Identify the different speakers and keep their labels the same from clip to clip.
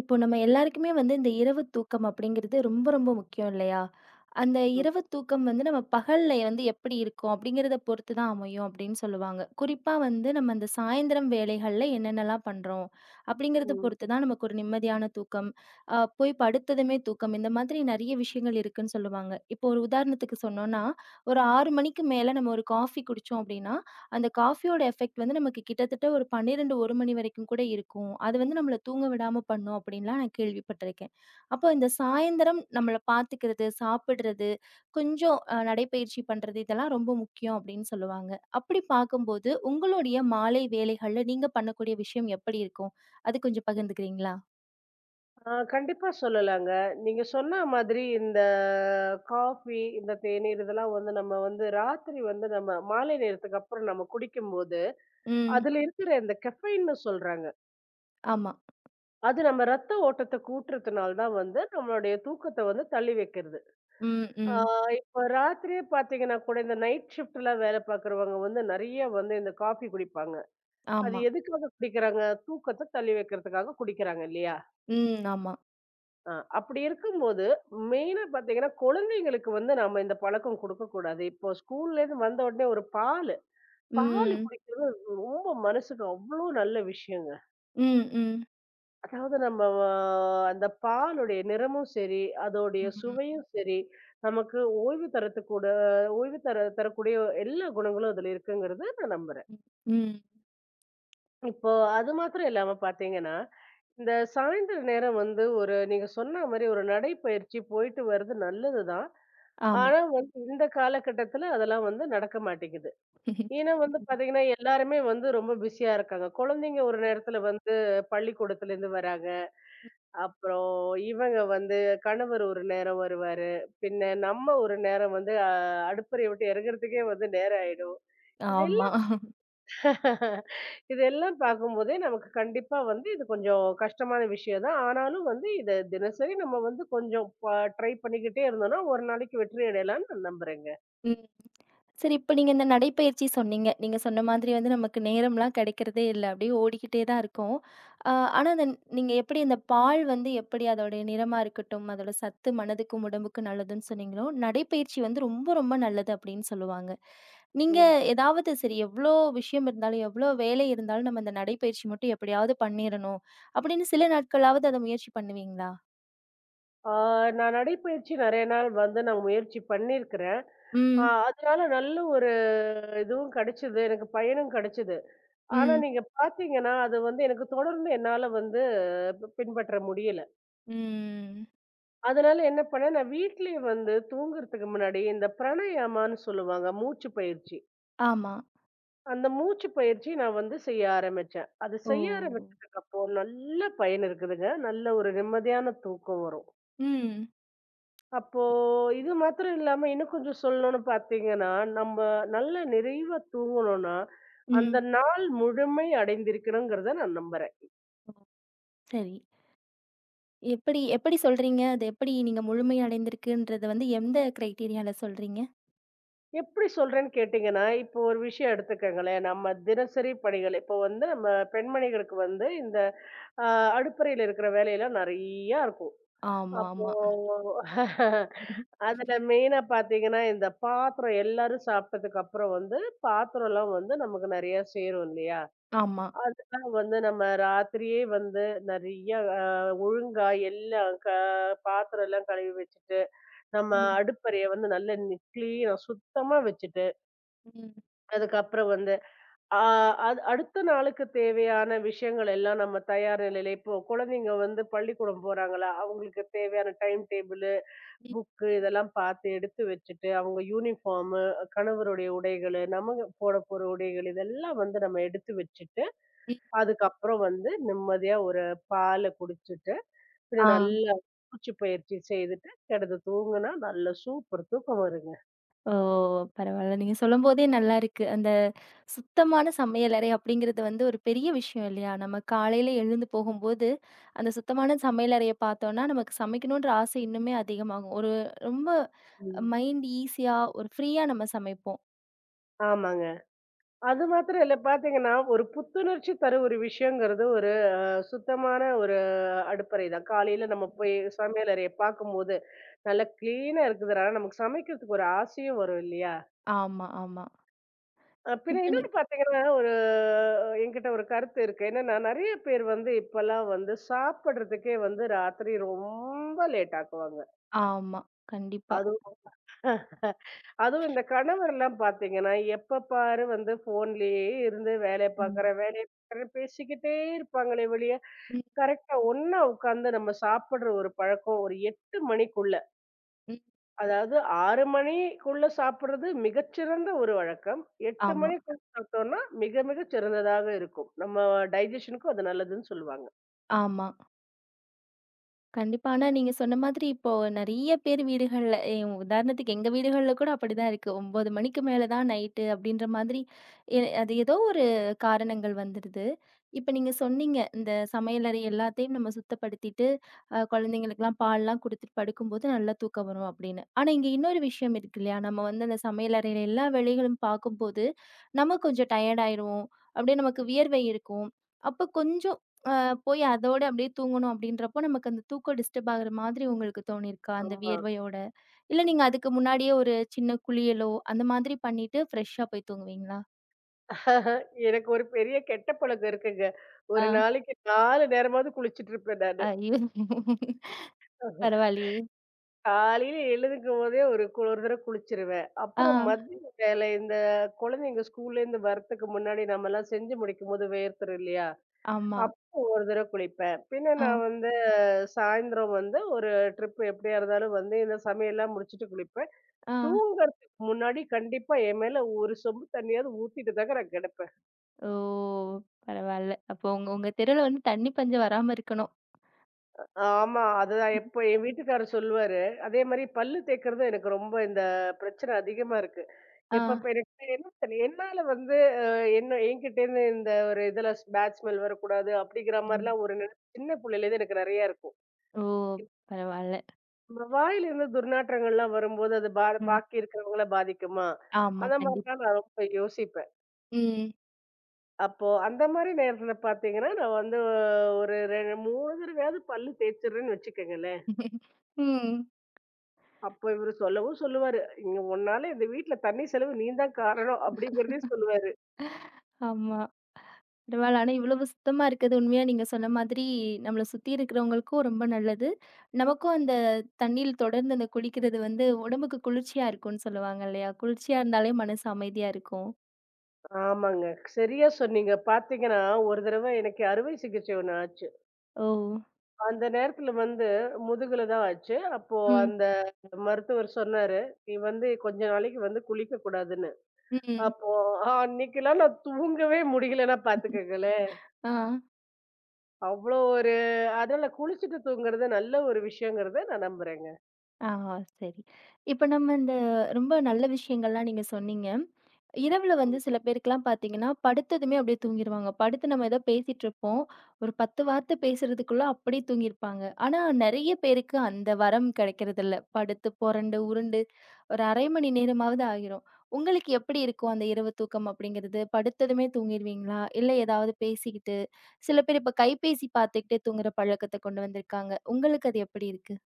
Speaker 1: இப்போ நம்ம எல்லாருக்குமே வந்து இந்த இரவு தூக்கம் அப்படிங்கிறது ரொம்ப ரொம்ப முக்கியம் இல்லையா? அந்த
Speaker 2: ம்,
Speaker 1: இரவு தூக்கம் வந்து நம்ம பகல்ல வந்து எப்படி இருக்கும் அப்படிங்கிறத பொறுத்து தான் அமையும் அப்படின்னு சொல்லுவாங்க. குறிப்பா வந்து நம்ம அந்த சாயந்திரம் வேலைகள்ல என்னென்னலாம் பண்றோம் அப்படிங்கிறத
Speaker 2: ம்.
Speaker 1: பொறுத்து தான் நமக்கு ஒரு நிம்மதியான தூக்கம், போய் படுத்ததுமே தூக்கம் இந்த மாதிரி நிறைய விஷயங்கள் இருக்குன்னு சொல்லுவாங்க. இப்போ ஒரு உதாரணத்துக்கு சொன்னோம்னா, ஒரு 6 மணிக்கு மேல நம்ம ஒரு காஃபி குடிச்சோம் அப்படின்னா, அந்த காஃபியோட எஃபெக்ட் வந்து நமக்கு கிட்டத்தட்ட ஒரு 12, 1 மணி வரைக்கும் கூட இருக்கும். அது வந்து நம்மள தூங்க விடாம பண்ணும் அப்படின்லாம் நான் கேள்விப்பட்டிருக்கேன். அப்போ இந்த சாயந்தரம் நம்மள பார்த்துக்கிறது, சாப்பிடுறது, கொஞ்சம் நடைப்பயிற்சி பண்றது இதெல்லாம் ரொம்ப முக்கியம் அப்படின்னு சொல்லுவாங்க. அப்படி பார்க்கும்போது உங்களுடைய மாலை வேலைகள்ல நீங்க பண்ணக்கூடிய விஷயம் எப்படி இருக்கும்? அது கொஞ்சம் பகிர்ந்துக்கிறீங்களா?
Speaker 2: ஆ, கண்டிப்பா சொல்லலாங்க. நீங்க சொன்ன மாதிரி இந்த காஃபி, இந்த தேநீர் இதெல்லாம் வந்து நம்ம வந்து ராத்திரி வந்து நம்ம மாலை நேரத்துக்கு அப்புறம் நம்ம குடிக்கும்போது,
Speaker 1: ம்.
Speaker 2: அதுல இருக்கிற இந்த கெஃபைன்னு சொல்றாங்க.
Speaker 1: ஆமா.
Speaker 2: அது நம்ம ரத்த ஓட்டத்த கூட்டுறதுனால தான் வந்து நம்மளுடைய தூக்கத்த வந்து தள்ளி வைக்கிறது.
Speaker 1: ம்,
Speaker 2: ஆ,
Speaker 1: ம்.
Speaker 2: இப்ப ராத்திரியே பார்த்தீங்கன்னா கூட இந்த நைட் ஷிஃப்ட்லாம் வேலை பார்க்குறவங்க வந்து நெறைய வந்து இந்த காஃபி குடிப்பாங்க. அது
Speaker 1: ஆமா.
Speaker 2: எதுக்காக குடிக்கிறாங்க? தூக்கத்த தள்ளி வைக்கிறதுக்காக குடிக்கிறாங்க இல்லையா?
Speaker 1: ம். ஆமா.
Speaker 2: அ அப்படி இருக்கும்போது, மெயினா பார்த்தீங்கன்னா, குழந்தைங்களுக்கு வந்து நம்ம இந்த பழக்கம் குடுக்கக்கூடாது. இப்போ ஸ்கூல்லேருந்து வந்த உடனே ஒரு பாலு, பாலு
Speaker 1: ம்.
Speaker 2: குடிக்கிறது ரொம்ப மனசுக்கு அவ்ளோ நல்ல விஷயங்க.
Speaker 1: ம், ம்.
Speaker 2: அதாவது நம்ம அ அந்த பாலுடைய நிறமும் சரி, அதோடைய
Speaker 1: ம்.
Speaker 2: சுவையும் சரி, நமக்கு ஓய்வு தரத்துக்கூட ஓய்வு தரக்கூடிய எல்லா குணங்களும் அதில இருக்குங்கிறத நான் நம்புறேன்.
Speaker 1: ம். ம்.
Speaker 2: இப்போ அது மாத்திரம் இல்லாம பார்த்தீங்கன்னா, இந்த சாயந்தர நேரம் வந்து ஒரு நீங்க சொன்ன மாரி ஒரு நடைப்பயிற்சி போயிட்டு வர்றது நல்லது தான்.
Speaker 1: ஆமா.
Speaker 2: ஆனா வந்து இந்த காலகட்டத்துல அதெல்லாம் வந்து நடக்க மாட்டேங்குது. ஏன்னா வந்து பாத்தீங்கன்னா, எல்லாருமே வந்து ரொம்ப பிஸியா இருக்காங்க. குழந்தைங்க ஒரு நேரத்துல வந்து பள்ளிக்கூடத்துலேருந்து வராங்க. அப்புறம் இவங்க வந்து கணவர் ஒரு நேரம் வருவாரு. பின்ன நம்ம ஒரு நேரம் வந்து அடுப்பறைய விட்டு இறங்குறதுக்கே வந்து நேரம் ஆயிடும்.
Speaker 1: ஆமா.
Speaker 2: இதெல்லாம் இதெல்லாம் பார்க்கும்போதே நமக்கு கண்டிப்பா வந்து இது கொஞ்சம் கஷ்டமான விஷயம் தான். ஆனாலும் வந்து இத தினசரி நம்ம வந்து கொஞ்சம் ட்ரை பண்ணிக்கிட்டே இருந்தோம்னா, ஒரு நாளைக்கு வெற்றி அடையலாம்ன்னு நான் நம்புறேங்க.
Speaker 1: ம். சரி, இப்ப நீங்க இந்த நடைப்பயிற்சி சொன்னீங்க. நீங்க சொன்ன மாதிரி வந்து நமக்கு நேரம்லாம் கிடைக்கிறதே இல்ல. அப்படியே ஓடிக்கிட்டே தான் இருக்கும். அ ஆனா அந்த நீங்க எப்படி இந்த பால் வந்து எப்படி அதோடைய நிறமா இருக்கட்டும், அதோட சத்து மனதுக்கும், உடம்புக்கும் நல்லதுன்னு சொன்னீங்களோ, நடைப்பயிற்சி வந்து ரொம்ப ரொம்ப நல்லது அப்படின்னு சொல்லுவாங்க. நீங்க
Speaker 2: ம்.
Speaker 1: ஏதாவது சரி எவ்ளோ விஷயம் இருந்தாலும், எவ்ளோ வேலை இருந்தாலும் நம்ம இந்த நடைப்பயிற்சி மட்டும் எப்படியாவது பண்ணிறணும் அப்படின்னு சில நாட்களாவது அத முயற்சி பண்ணுவீங்களா?
Speaker 2: ஆ, நான் நடைப்பயிற்சி நெறைய நாள் வந்து நான் முயற்சி பண்ணியிருக்கிறேன். ஆ,
Speaker 1: ம்.
Speaker 2: அதனால நல்ல ஒரு இதுவும் கிடைச்சது. எனக்கு பயனும் கிடைச்சது. ஆனா
Speaker 1: ம்.
Speaker 2: நீங்க பார்த்தீங்கன்னா, அது வந்து எனக்கு தொடர்ந்து என்னால வந்து பின்பற்ற முடியல.
Speaker 1: ம்.
Speaker 2: அதனால என்ன பண்ணேன், நான் வீட்லயே வந்து தூங்குறதுக்கு முன்னாடி இந்த பிராணாயாமான்னு சொல்லுவாங்க. மூச்சு பயிற்சி.
Speaker 1: ஆமா.
Speaker 2: அந்த மூச்சு பயிற்சி நான் வந்து செய்ய ஆரம்பிச்சேன். அது
Speaker 1: ஓ!
Speaker 2: செய்ய ஆரம்பிச்சதுக்கு அப்போ நல்ல பயன் இருக்குதுங்க. நல்ல ஒரு நிம்மதியான தூக்கம் வரும்.
Speaker 1: ம்.
Speaker 2: அப்போ இது மாத்திரம் இல்லாம இன்னும் கொஞ்சம் சொல்லணும்னு பார்த்தீங்கன்னா, நம்ம நல்ல நிறைவா தூங்கணும்னா,
Speaker 1: ம்.
Speaker 2: அந்த நாள் முழுமை அடைந்திருக்கணுங்கிறத நான் நம்புறேன்.
Speaker 1: சரி. எப்படி எப்படி சொல்றீங்க? அது எப்படி நீங்க முழுமை அடைந்திருக்குன்றத வந்து எந்த கிரைட்டீரியால சொல்றீங்க?
Speaker 2: எப்படி சொல்றேன்னு கேட்டீங்கன்னா, இப்போ ஒரு விஷயம் எடுத்துக்கங்களேன். நம்ம தினசரி பணிகள் இப்போ வந்து நம்ம பெண்மணிகளுக்கு வந்து இந்த அ அடுப்பறையில இருக்கிற வேலையெல்லாம் நெறையா இருக்கும்.
Speaker 1: ஆமா,
Speaker 2: அப்போ
Speaker 1: ஆமா.
Speaker 2: அதுல மெயினா பார்த்தீங்கன்னா, இந்த பாத்திரம் எல்லாரும் சாப்பிட்டதுக்கு அப்புறம் வந்து பாத்திரம்லாம் வந்து நமக்கு நெறையா சேரும் இல்லையா?
Speaker 1: ஆமா.
Speaker 2: வந்து நம்ம ராத்திரியே வந்து நெறைய அ ஒழுங்கா எல்லாம் பாத்திரம் எல்லாம் கழுவி வச்சுட்டு, நம்ம
Speaker 1: ம்,
Speaker 2: அடுப்பறைய வந்து நல்ல கிளீனா சுத்தமா வச்சுட்டு,
Speaker 1: ம்,
Speaker 2: அதுக்கப்புறம் வந்து ஆ, அது அடுத்த நாளுக்கு தேவையான விஷயங்கள் எல்லாம் நம்ம தயார் நிலையில இப்போ குழந்தைங்க வந்து பள்ளிக்கூடம் போறாங்களா, அவங்களுக்கு தேவையான டைம் டேபிளு,
Speaker 1: ம்,
Speaker 2: புக்கு இதெல்லாம் பாத்து எடுத்து வச்சுட்டு, அவங்க யூனிஃபார்மு, கணவருடைய உடைகளு, நம்ம போட போற உடைகள் இதெல்லாம் வந்து நம்ம எடுத்து வச்சுட்டு
Speaker 1: ம்.
Speaker 2: அதுக்கப்புறம் வந்து நிம்மதியா ஒரு பால குடிச்சுட்டு,
Speaker 1: ஆ.
Speaker 2: பின்ன நல்லா மூச்சு பயிற்சி செய்துட்டு கிடந்து தூங்குனா, நல்ல சூப்பர் தூக்கம் வருங்க.
Speaker 1: ஓ! பரவால்ல. நீங்க சொல்லும்போதே நல்லாருக்கு. அந்த சுத்தமான சமையலறை அப்படிங்கிறது வந்து ஒரு பெரிய விஷயம் இல்லையா? நம்ம காலையில எழுந்து போகும்போது, அந்த சுத்தமான சமையலறைய பார்த்தோம்னா, நமக்கு சமைக்கணுன்ற ஆசை இன்னுமே அதிகமாகும். ஒரு ரொம்ப
Speaker 2: ம்.
Speaker 1: மைண்ட் ஈஸியா, ஒரு ஃப்ரீயா நம்ம சமைப்போம்.
Speaker 2: ஆமாங்க. அது மாத்திரம் இல்ல பார்த்தீங்கன்னா, ஒரு புத்துணர்ச்சி தர ஒரு விஷயங்கிறது ஒரு அ சுத்தமான ஒரு அடுப்பறை தான். காலையில நம்ம போய் சமையலறைய பார்க்கும்போது, நல்லா கிளீனா இருக்குதுறனால நமக்கு சமைக்கிறதுக்கு ஒரு ஆசையும் வரும் இல்லையா?
Speaker 1: ஆமா, ஆமா.
Speaker 2: அ பின்ன
Speaker 1: இப்ப நீ
Speaker 2: இன்னொன்னு பார்த்தீங்கன்னா, ஒரு என்கிட்ட ஒரு கருத்து இருக்கு. என்னன்னா, நெறைய பேர் வந்து இப்பல்லாம் வந்து சாப்பிடுறதுக்கே வந்து ராத்திரி ரொம்ப லேட் ஆக்குவாங்க.
Speaker 1: ஆமா. கண்டிப்பா.
Speaker 2: அதுவும் அதுவும் இந்த கணவர்லாம் பார்த்தீங்கன்னா, எப்ப பாரு வந்து ஃபோன்லயே இருந்து வேலைய
Speaker 1: ம்.
Speaker 2: பார்க்குறேன், வேலைய பார்க்குறேன்னு பேசிக்கிட்டே இருப்பாங்களே வெளிய,
Speaker 1: ம்,
Speaker 2: கரெக்ட்டா ஒண்ணா உட்காந்து நம்ம சாப்பிடுற ஒரு பழக்கம் ஒரு 8 மணிக்குள்ள
Speaker 1: ம்.
Speaker 2: அதாவது 6 மணிக்குள்ள சாப்பிடுறது மிகச்சிறந்த ஒரு வழக்கம். 8
Speaker 1: ஆமா,
Speaker 2: மணிக்குள்ள சாப்பிட்டோம்னா, மிக மிக சிறந்ததாக இருக்கும். நம்ம டைஜஷனுக்கும் அது நல்லதுன்னு சொல்லுவாங்க.
Speaker 1: ஆமா. கண்டிப்பா. ஆனா நீங்க சொன்ன மாதிரி இப்போ நெறைய பேர் வீடுகள்ல உதாரணத்துக்கு எங்க வீடுகள்ல கூட அப்படிதான் இருக்கு. 9 மணிக்கு மேல தான் நைட்டு அப்படின்ற மாதிரி எ அது ஏதோ ஒரு காரணங்கள் வந்துடுது. இப்ப நீங்க சொன்னீங்க, இந்த சமையலறை எல்லாத்தையும் நம்ம சுத்தப்படுத்திட்டு, குழந்தைங்களுக்கெல்லாம் பால்லாம் குடுத்துட்டு படுக்கும்போது நல்லா தூக்கம் வரும் அப்படின்னு. ஆனா இங்க இன்னொரு விஷயம் இருக்கு இல்லையா? நம்ம வந்து அந்த சமையலறையில எல்லா வேலைகளும் பார்க்கும்போது, நம்ம கொஞ்சம் டயர்ட் ஆயிருவோம். அப்படியே நமக்கு வியர்வை இருக்கும். அப்ப கொஞ்சம் அ போய் அதோட அப்படியே தூங்கணும் அப்படின்றப்போ, நமக்கு அந்த தூக்கம் டிஸ்டர்ப் ஆகுற மாதிரி உங்களுக்கு தோணியிருக்கா? அந்த
Speaker 2: ஆமா.
Speaker 1: வியர்வையோட. இல்ல நீங்க அதுக்கு முன்னாடியே ஒரு சின்ன குளியலோ, அந்த மாதிரி பண்ணிட்டு ஃப்ரெஷ்ஷா போய் தூங்குவீங்களா?
Speaker 2: எனக்கு ஒரு பெரிய கெட்ட பழக்கம் இருக்குங்க. ஒரு
Speaker 1: ஆ.
Speaker 2: நாளைக்கு 4 நேரமாவது குளிச்சுட்டு இருப்பேன் நானு.
Speaker 1: ஐயோ! பரவாயில்லையே.
Speaker 2: காலையில எழுந்துக்கும்போதே ஒரு ஒரு தடவ குளிச்சுருவேன்.
Speaker 1: ஆ.
Speaker 2: அப்புறம் மதிய வேலை இந்த குழந்தைங்க ஸ்கூல்லேருந்து வரத்துக்கு முன்னாடி நம்மலாம் செஞ்சு முடிக்கும்போது வேர்த்துரும் இல்லையா?
Speaker 1: ஆமா.
Speaker 2: அப்போ ஒரு தடவ குளிப்பேன். பின்ன
Speaker 1: ஆ.
Speaker 2: நான் வந்து சாயந்தரம் வந்து ஒரு ட்ரிப் எப்படியா இருந்தாலும் வந்து இந்த சமையல்லாம் முடிச்சுட்டு குளிப்பேன்.
Speaker 1: ஆ.
Speaker 2: தூங்குறதுக்கு முன்னாடி கண்டிப்பா என் மேல ஒரு சொம்பு தண்ணியாவது ஊத்திட்டு தாங்க நான் கெடப்பேன்.
Speaker 1: ஓ! பரவால்ல. அப்போ உங்க உங்க தெருவுல வந்து தண்ணி பஞ்சம் வராம இருக்கணும்.
Speaker 2: ஆமா. அதுதான் எப்ப என் வீட்டுக்காரர் சொல்லுவாரு. அதே மாரி பல்லு தேய்க்கிறதும் எனக்கு ரொம்ப இந்த பிரச்சனை அதிகமா இருக்கு.
Speaker 1: ஆ.
Speaker 2: எப்பப்ப எனக்கு என்ன தெரியல என்னால வந்து அ என்ன என்கிட்டேருந்து இந்த ஒரு இதுல பேட் ஸ்மெல் வரக்கூடாது அப்படிங்கிற
Speaker 1: ம்.
Speaker 2: மாரிலாம் ஒரு நினை சின்ன புள்ளையிலேருந்து எனக்கு நெறைய இருக்கும்.
Speaker 1: ஓ! பரவால்ல.
Speaker 2: நம்ம வாயிலிருந்து துர்நாற்றங்கள்லாம் வரும்போது, அது
Speaker 1: ம்.
Speaker 2: பாக்கி இருக்கிறவங்கள பாதிக்குமா?
Speaker 1: ஆமா.
Speaker 2: அந்த
Speaker 1: கண்டிப்பா.
Speaker 2: மாதிரிலாம் நான் ரொம்ப யோசிப்பேன்.
Speaker 1: ம்.
Speaker 2: அப்போ அந்த மாரி நேரத்துல பாத்தீங்கன்னா, நான் வந்து ஒரு 3 தடவையாவது பல்லு தேய்ச்சுடுறேன்னு வச்சுக்கங்களேன்.
Speaker 1: ம்.
Speaker 2: அப்போ இவரு சொல்லவும் சொல்லுவாரு, "இங்க உன்னால இந்த வீட்ல தண்ணி செலவு நீ தான் காரணம்" அப்படிங்கிறதையும் சொல்லுவாரு.
Speaker 1: ஆமா. பரவால்ல. ஆனா இவ்வளவு சுத்தமா இருக்கிறது உண்மையா நீங்க சொன்ன மாதிரி நம்மள சுத்தி இருக்கிறவங்களுக்கும் ரொம்ப நல்லது. நமக்கும் அந்த தண்ணீர் தொடர்ந்து அந்த குடிக்கிறது வந்து உடம்புக்கு குளிர்ச்சியா இருக்கும்னு சொல்லுவாங்க இல்லையா? குளிர்ச்சியா இருந்தாலே மனசு அமைதியா இருக்கும்.
Speaker 2: ஆமாங்க. சரியா சொன்னீங்க. பாத்தீங்கன்னா, ஒரு தடவ எனக்கு அறுவை சிகிச்சை ஒண்ணு ஆச்சு.
Speaker 1: ஓ!
Speaker 2: அந்த நேரத்துல வந்து முதுகுல தான் ஆச்சு. அப்போ
Speaker 1: ம்.
Speaker 2: அந்த மருத்துவர் சொன்னாரு, "நீ வந்து கொஞ்ச நாளைக்கு வந்து குளிக்கக்கூடாதுன்னு."
Speaker 1: ம்.
Speaker 2: அப்போ அன்னைக்கெல்லாம் நான் தூங்கவே முடியலன்னா பாத்துக்கங்களேன்.
Speaker 1: ஆ.
Speaker 2: அவ்ளோ ஒரு அதனால குளிச்சுட்டு தூங்குறது நல்ல ஒரு விஷயங்கிறத நான் நம்புறேங்க.
Speaker 1: ஆ சரி. இப்ப நம்ம இந்த ரொம்ப நல்ல விஷயங்கள்லாம் நீங்க சொன்னீங்க. இரவுல வந்து சில பேருக்குலாம் பார்த்தீங்கன்னா, படுத்ததுமே அப்படியே தூங்கிருவாங்க. படுத்து நம்ம ஏதோ பேசிட்டுருப்போம். ஒரு 10 வார்த்தை பேசுறதுக்குள்ள அப்படியே தூங்கியிருப்பாங்க. ஆனா நெறைய பேருக்கு அந்த வரம் கிடைக்கிறதில்ல. படுத்து புரண்டு, உருண்டு ஒரு 1/2 மணி நேரமாவது ஆகிரும். உங்களுக்கு எப்படி இருக்கும் அந்த இரவு தூக்கம் அப்படிங்கிறது? படுத்ததுமே தூங்கிருவீங்களா? இல்ல ஏதாவது பேசிக்கிட்டு சில பேர் இப்ப கைபேசி பார்த்துக்கிட்டே தூங்குற பழக்கத்த கொண்டு வந்திருக்காங்க. உங்களுக்கு அது எப்படி இருக்கு?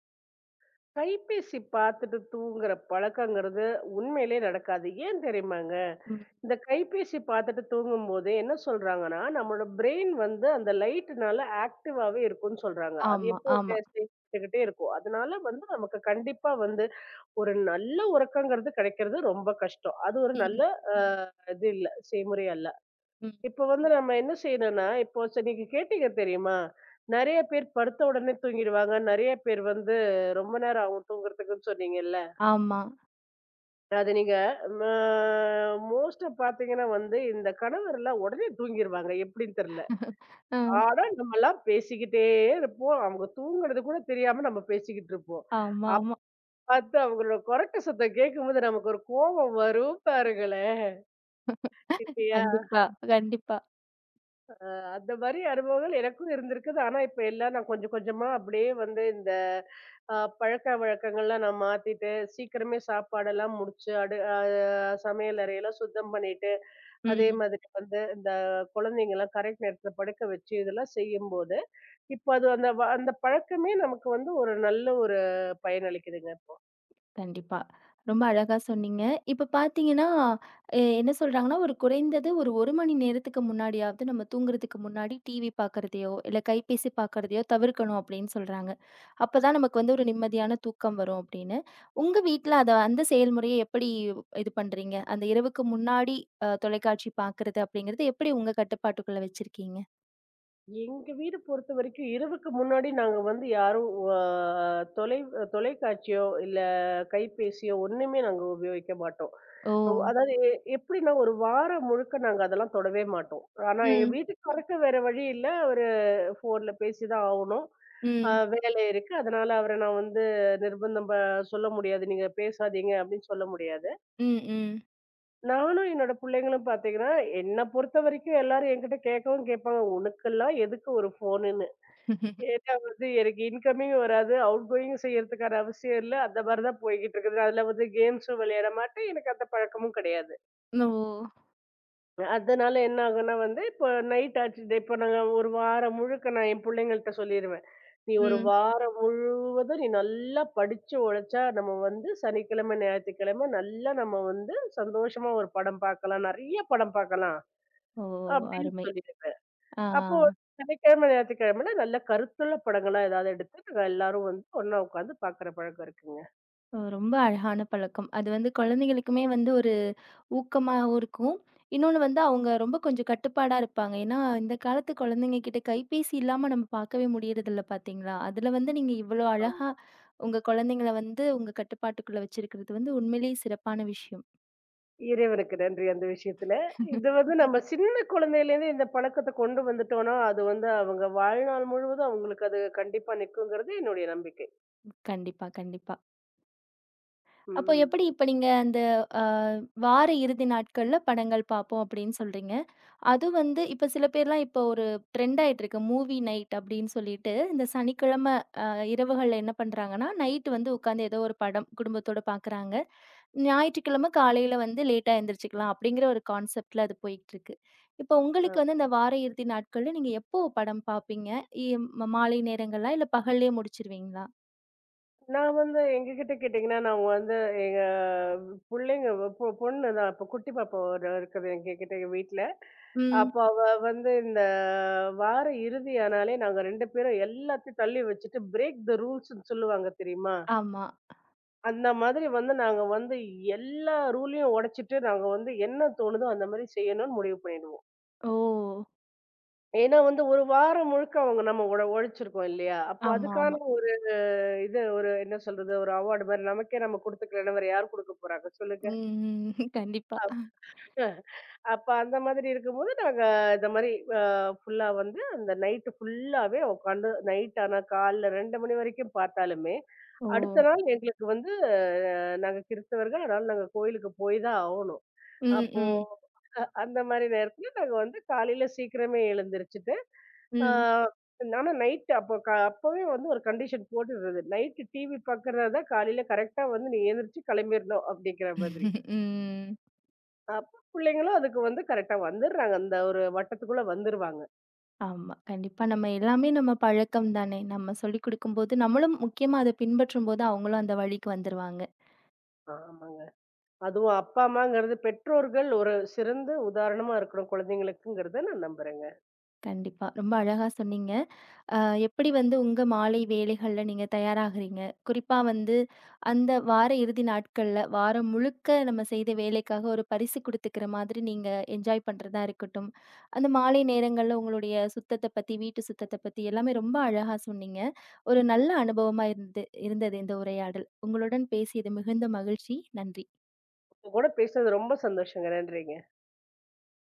Speaker 2: கைபேசி பாத்துட்டு தூங்குற பழக்கங்கிறது உண்மையிலேயே நடக்காது. ஏன் தெரியுமாங்க?
Speaker 1: ம்.
Speaker 2: இந்த கைபேசி பார்த்துட்டு தூங்கும்போது என்ன சொல்றாங்கன்னா, நம்மளோட பிரெயின் வந்து அந்த லைட்னால ஆக்டிவாவே இருக்கும்ன்னு சொல்றாங்க. அது
Speaker 1: ஆமா, ஆமா.
Speaker 2: எப்பவுமே சேமிச்சுக்கிட்டே இருக்கும். அதனால வந்து நமக்கு கண்டிப்பா வந்து ஒரு நல்ல உறக்கங்கிறது கிடைக்கிறது ரொம்ப கஷ்டம். அது ஒரு
Speaker 1: ம்,
Speaker 2: நல்ல அ ம். இது இல்ல, செய்முறை அல்ல.
Speaker 1: ம்.
Speaker 2: இப்ப வந்து நம்ம என்ன செய்யணும்னா, இப்போ நீங்க கேட்டீங்க தெரியுமா? நெறைய பேர் படுத்த உடனே தூங்கிடுவாங்க. நெறைய பேர் வந்து ரொம்ப நேரம் ஆகும் தூங்குறதுக்குன்னு சொன்னீங்கல்ல.
Speaker 1: ஆமா.
Speaker 2: அது நீங்க ம மோஸ்ட்டா பார்த்தீங்கன்னா வந்து, இந்த கணவர்லாம் உடனே தூங்கிருவாங்க. எப்படின்னு தெரியல.
Speaker 1: அ.
Speaker 2: ஆனா, நம்மலாம் பேசிக்கிட்டே இருப்போம். அவங்க தூங்குறது கூட தெரியாம நம்ம பேசிக்கிட்டு இருப்போம்.
Speaker 1: ஆமா,
Speaker 2: அப்ப
Speaker 1: ஆமா.
Speaker 2: பார்த்து அவங்களோட கொரட்ட சத்தம் கேட்கும்போது நமக்கு ஒரு கோபம் வரும் பாருங்களேன். இல்லையா?
Speaker 1: கண்டிப்பா, கண்டிப்பா.
Speaker 2: அந்த மாரி அனுபவங்கள் எனக்கும் இருந்திருக்குது. ஆனா, இப்ப எல்லாம் நான் கொஞ்சம் கொஞ்சமா அப்படியே வந்து இந்த பழக்கவழக்கங்கள்லாம் நான் மாத்திட்டு, சீக்கிரமே சாப்பாடெல்லாம் முடிச்சு, அடு அ சமையல் அறையெல்லாம் சுத்தம் பண்ணிட்டு, அதே
Speaker 1: ம்.
Speaker 2: மாதிரி வந்து இந்த குழந்தைங்கலாம் கரெக்ட் நேரத்துல படுக்க வச்சு இதெல்லாம் செய்யும்போது, இப்ப அது அந்த அந்த பழக்கமே நமக்கு வந்து ஒரு நல்ல ஒரு பயனளிக்குதுங்க.
Speaker 1: கண்டிப்பா. ரொம்ப அழகா சொன்னீங்க. இப்ப பார்த்தீங்கன்னா, என்ன சொல்றாங்கன்னா, ஒரு குறைந்தது ஒரு 1 மணி நேரத்துக்கு முன்னாடியாவது நம்ம தூங்குறதுக்கு முன்னாடி டிவி பார்க்கறதையோ, இல்ல கைபேசி பார்க்கறதையோ தவிர்க்கணும் அப்படின்னு சொல்றாங்க. அப்பதான் நமக்கு வந்து ஒரு நிம்மதியான தூக்கம் வரும் அப்படின்னு. உங்க வீட்ல அத அந்த செயல்முறைய எப்படி இது பண்றீங்க? அந்த இரவுக்கு முன்னாடி தொலைக்காட்சி பார்க்கறது அப்படிங்கிறது எப்படி உங்க கட்டுப்பாட்டுக்குள்ள வச்சிருக்கீங்க?
Speaker 2: எங்க வீடு பொறுத்த வரைக்கும் இரவுக்கு முன்னாடி நாங்க வந்து யாரும் அ தொலை தொலைக்காட்சியோ, இல்ல கைபேசியோ ஒண்ணுமே நாங்க உபயோகிக்க மாட்டோம்.
Speaker 1: ஓ!
Speaker 2: அதாவது எப்படின்னா ஒரு வாரம் முழுக்க நாங்க அதெல்லாம் தொடவே மாட்டோம். ஆனா எங்க
Speaker 1: ம்,
Speaker 2: வீட்டுக்காருக்கு வேற வழி இல்ல. அவரு ஃபோன்ல பேசிதான் ஆவணும். அ
Speaker 1: ம்.
Speaker 2: வேலை இருக்கு. அதனால அவர நான் வந்து நிர்பந்தம் சொல்ல முடியாது. நீங்க பேசாதீங்க அப்படின்னு சொல்ல முடியாது.
Speaker 1: ம், ம்.
Speaker 2: நானும் என்னோட புள்ளைங்களும் பார்த்தீங்கன்னா, என்ன பொறுத்த வரைக்கும் எல்லாரும் என்கிட்ட கேட்கவும் கேட்பாங்க. உனக்கெல்லாம் எதுக்கு ஒரு ஃபோனு? ஏன்னா வந்து எனக்கு இன்கமிங் வராது. அவுட்கோயிங்கும் செய்யறதுக்கான அவசியம் இல்ல. அந்த மாரி தான் போய்க்கிட்டு இருக்குது. அதுல வந்து கேம்ஸும் விளையாட மாட்டேன். எனக்கு அந்த பழக்கமும் கிடையாது.
Speaker 1: ஓ!
Speaker 2: அதனால என்ன ஆகும்னா வந்து, இப்போ நைட் ஆச்சு. இப்போ நாங்க ஒரு வாரம் முழுக்க நான் என் பிள்ளைங்கள்ட்ட சொல்லிருவேன். "நீ ஒரு
Speaker 1: ம்.
Speaker 2: வாரம் முழுவதும் நீ நல்லா படிச்சு உழைச்சா, நம்ம வந்து சனிக்கிழமை, ஞாயிற்றுக்கிழமை நல்லா நம்ம வந்து சந்தோஷமா ஒரு படம் பார்க்கலாம். நெறைய படம் பார்க்கலாம்."
Speaker 1: ஓ!
Speaker 2: அப்படின்னு
Speaker 1: அருமை.
Speaker 2: சொல்லிருவேன்.
Speaker 1: ஆ.
Speaker 2: அப்போ சனிக்கிழமை, ஞாயிற்றுக்கிழமைனா நல்ல கருத்துள்ள படங்களா ஏதாவது எடுத்து நாங்க எல்லாரும் வந்து ஒண்ணா உட்காந்து பாக்குற பழக்கம் இருக்குங்க.
Speaker 1: ஓ, ரொம்ப அழகான பழக்கம். அது வந்து குழந்தைகளுக்குமே வந்து ஒரு ஊக்கமாவும் இருக்கும். இன்னொன்னு வந்து அவங்க ரொம்ப கொஞ்சம் கட்டுப்பாடா இருப்பாங்க. ஏன்னா, இந்த காலத்து குழந்தைங்க கிட்ட கைபேசி இல்லாம நம்ம பார்க்கவே முடியறதில்ல பார்த்தீங்களா? அதுல வந்து நீங்க இவ்வளோ
Speaker 2: ஆமா.
Speaker 1: அழகா உங்க குழந்தைங்கள வந்து உங்க கட்டுப்பாட்டுக்குள்ள வச்சிருக்கிறது வந்து உண்மையிலேயே சிறப்பான விஷயம்.
Speaker 2: இறைவனுக்கு நன்றி அந்த விஷயத்துல. இது வந்து நம்ம சின்ன குழந்தையிலேருந்து இந்த பழக்கத்த கொண்டு வந்துட்டோம்னா, அது வந்து அவங்க வாழ்நாள் முழுவதும் அவங்களுக்கு அது கண்டிப்பா நிக்குங்கிறது என்னுடைய நம்பிக்கை.
Speaker 1: கண்டிப்பா, கண்டிப்பா. அப்போ
Speaker 2: ம்.
Speaker 1: எப்படி இப்ப நீங்க அந்த அ வார இறுதி நாட்கள்ல படங்கள் பார்ப்போம் அப்படின்னு சொல்றீங்க. அது வந்து இப்ப சில பேர்லாம் இப்போ ஒரு ட்ரெண்ட் ஆயிட்டிருக்கு. மூவி நைட் அப்படின்னு சொல்லிட்டு, இந்த சனிக்கிழமை அ இரவுகள்ல என்ன பண்றாங்கன்னா, நைட் வந்து உட்காந்து ஏதோ ஒரு படம் குடும்பத்தோட பார்க்குறாங்க. ஞாயிற்றுக்கிழமை காலையில வந்து லேட்டா எந்திரிச்சுக்கலாம் அப்படிங்கிற ஒரு கான்செப்ட்ல அது போயிட்டிருக்கு. இப்போ உங்களுக்கு வந்து இந்த வார இறுதி நாட்கள்ல நீங்க எப்போ படம் பார்ப்பீங்க? இ ம மாலை நேரங்களா? இல்ல பகல்லேயே முடிச்சிருவீங்களா?
Speaker 2: நான் வந்து எங்ககிட்ட கேட்டீங்கன்னா, நான் வந்து எங்க புள்ளைங்க பொண்ணு தான். இப்ப குட்டி பாப்பா ஒரு இருக்குது எங்ககிட்ட எங்க வீட்ல.
Speaker 1: ம்.
Speaker 2: அப்போ அவ வந்து இந்த வார இறுதி ஆனாலே நாங்க 2 பேரும் எல்லாத்தையும் தள்ளி வச்சுட்டு, பிரேக் த ரூல்ஸ்ன்னு சொல்லுவாங்க தெரியுமா?
Speaker 1: ஆமா.
Speaker 2: அந்த மாதிரி வந்து நாங்க வந்து எல்லா ரூலையும் உடைச்சிட்டு, நாங்க வந்து என்ன தோணுதோ அந்த மாரி செய்யணும்னு முடிவு பண்ணிடுவோம்.
Speaker 1: ஓ!
Speaker 2: ஏன்னா வந்து 1 வாரம் முழுக்க அவங்க நம்ம உழைச்சிருக்கோம் இல்லையா? அப்போ
Speaker 1: ஆமா,
Speaker 2: அதுக்கான
Speaker 1: ஆமா.
Speaker 2: இது ஒரு என்ன சொல்றது? ஒரு அவார்ட் மாரி நமக்கே நம்ம குடுத்துக்கலன்னா வேற யார் குடுக்க போறாங்க சொல்லுங்க.
Speaker 1: ம், ம். கண்டிப்பா.
Speaker 2: அஹ் அப்ப அந்த மாதிரி இருக்கும்போது நாங்க இந்த மாரி அ ஃபுல்லா வந்து அந்த நைட் ஃபுல்லாவே உட்காந்து நைட் ஆனா காலைல 2 மணி வரைக்கும் பார்த்தாலுமே,
Speaker 1: ஓ!
Speaker 2: அடுத்த நாள் எங்களுக்கு வந்து நாங்க கிறிஸ்தவர்கள். அதனால நாங்க கோயிலுக்கு போய் தான் ஆவணும்.
Speaker 1: ம்,
Speaker 2: அப்போ
Speaker 1: ம்.
Speaker 2: அந்த மாரி நேரத்துல நாங்க வந்து காலையில சீக்கிரமே எழுந்திரிச்சுட்டு, ஆ,
Speaker 1: ம்.
Speaker 2: நானா நைட் அப்போ அப்பவே வந்து ஒரு கண்டிஷன் போட்டுடுறது. நைட்டு டிவி பாக்குறதா இருந்தா காலையில கரெக்ட்டா வந்து நீ எந்திரிச்சு கிளம்பிரணும் அப்படிங்கிற மாதிரி.
Speaker 1: ம்.
Speaker 2: அப்ப பிள்ளைங்களும் அதுக்கு வந்து கரெக்ட்டா வந்துடுறாங்க. அந்த ஒரு வட்டத்துக்குள்ள வந்துருவாங்க.
Speaker 1: ஆமா. கண்டிப்பா. நம்ம எல்லாமே நம்ம பழக்கம் தானே! நம்ம சொல்லிக் குடுக்கும்போது, நம்மளும் முக்கியமா அத பின்பற்றும்போது, அவங்களும் அந்த வழிக்கு வந்துருவாங்க.
Speaker 2: ஆமாங்க. அதுவும் அப்பா, அம்மாங்கிறது பெற்றோர்கள் ஒரு சிறந்த உதாரணமா இருக்கணும் குழந்தைங்களுக்குங்கிறத நான் நம்புறேங்க.
Speaker 1: கண்டிப்பா. ரொம்ப அழகா சொன்னீங்க. அ எப்படி வந்து உங்க மாலை வேலைகள்ல நீங்க தயாராகுறீங்க? குறிப்பா வந்து அந்த வார இறுதி நாட்கள்ல, வாரம் முழுக்க நம்ம செய்த வேலைக்காக ஒரு பரிசு குடுத்துக்கிற மாதிரி நீங்க என்ஜாய் பண்றதா இருக்கட்டும், அந்த மாலை நேரங்கள்ல உங்களுடைய சுத்தத்த பத்தி, வீட்டு சுத்தத்த பத்தி எல்லாமே ரொம்ப அழகா சொன்னீங்க. ஒரு நல்ல அனுபவமா இருந்தது இருந்தது இந்த உரையாடல். உங்களுடன் பேசியது மிகுந்த மகிழ்ச்சி. நன்றி.
Speaker 2: உங்க கூட பேசுனது ரொம்ப சந்தோஷங்க. நன்றிங்க.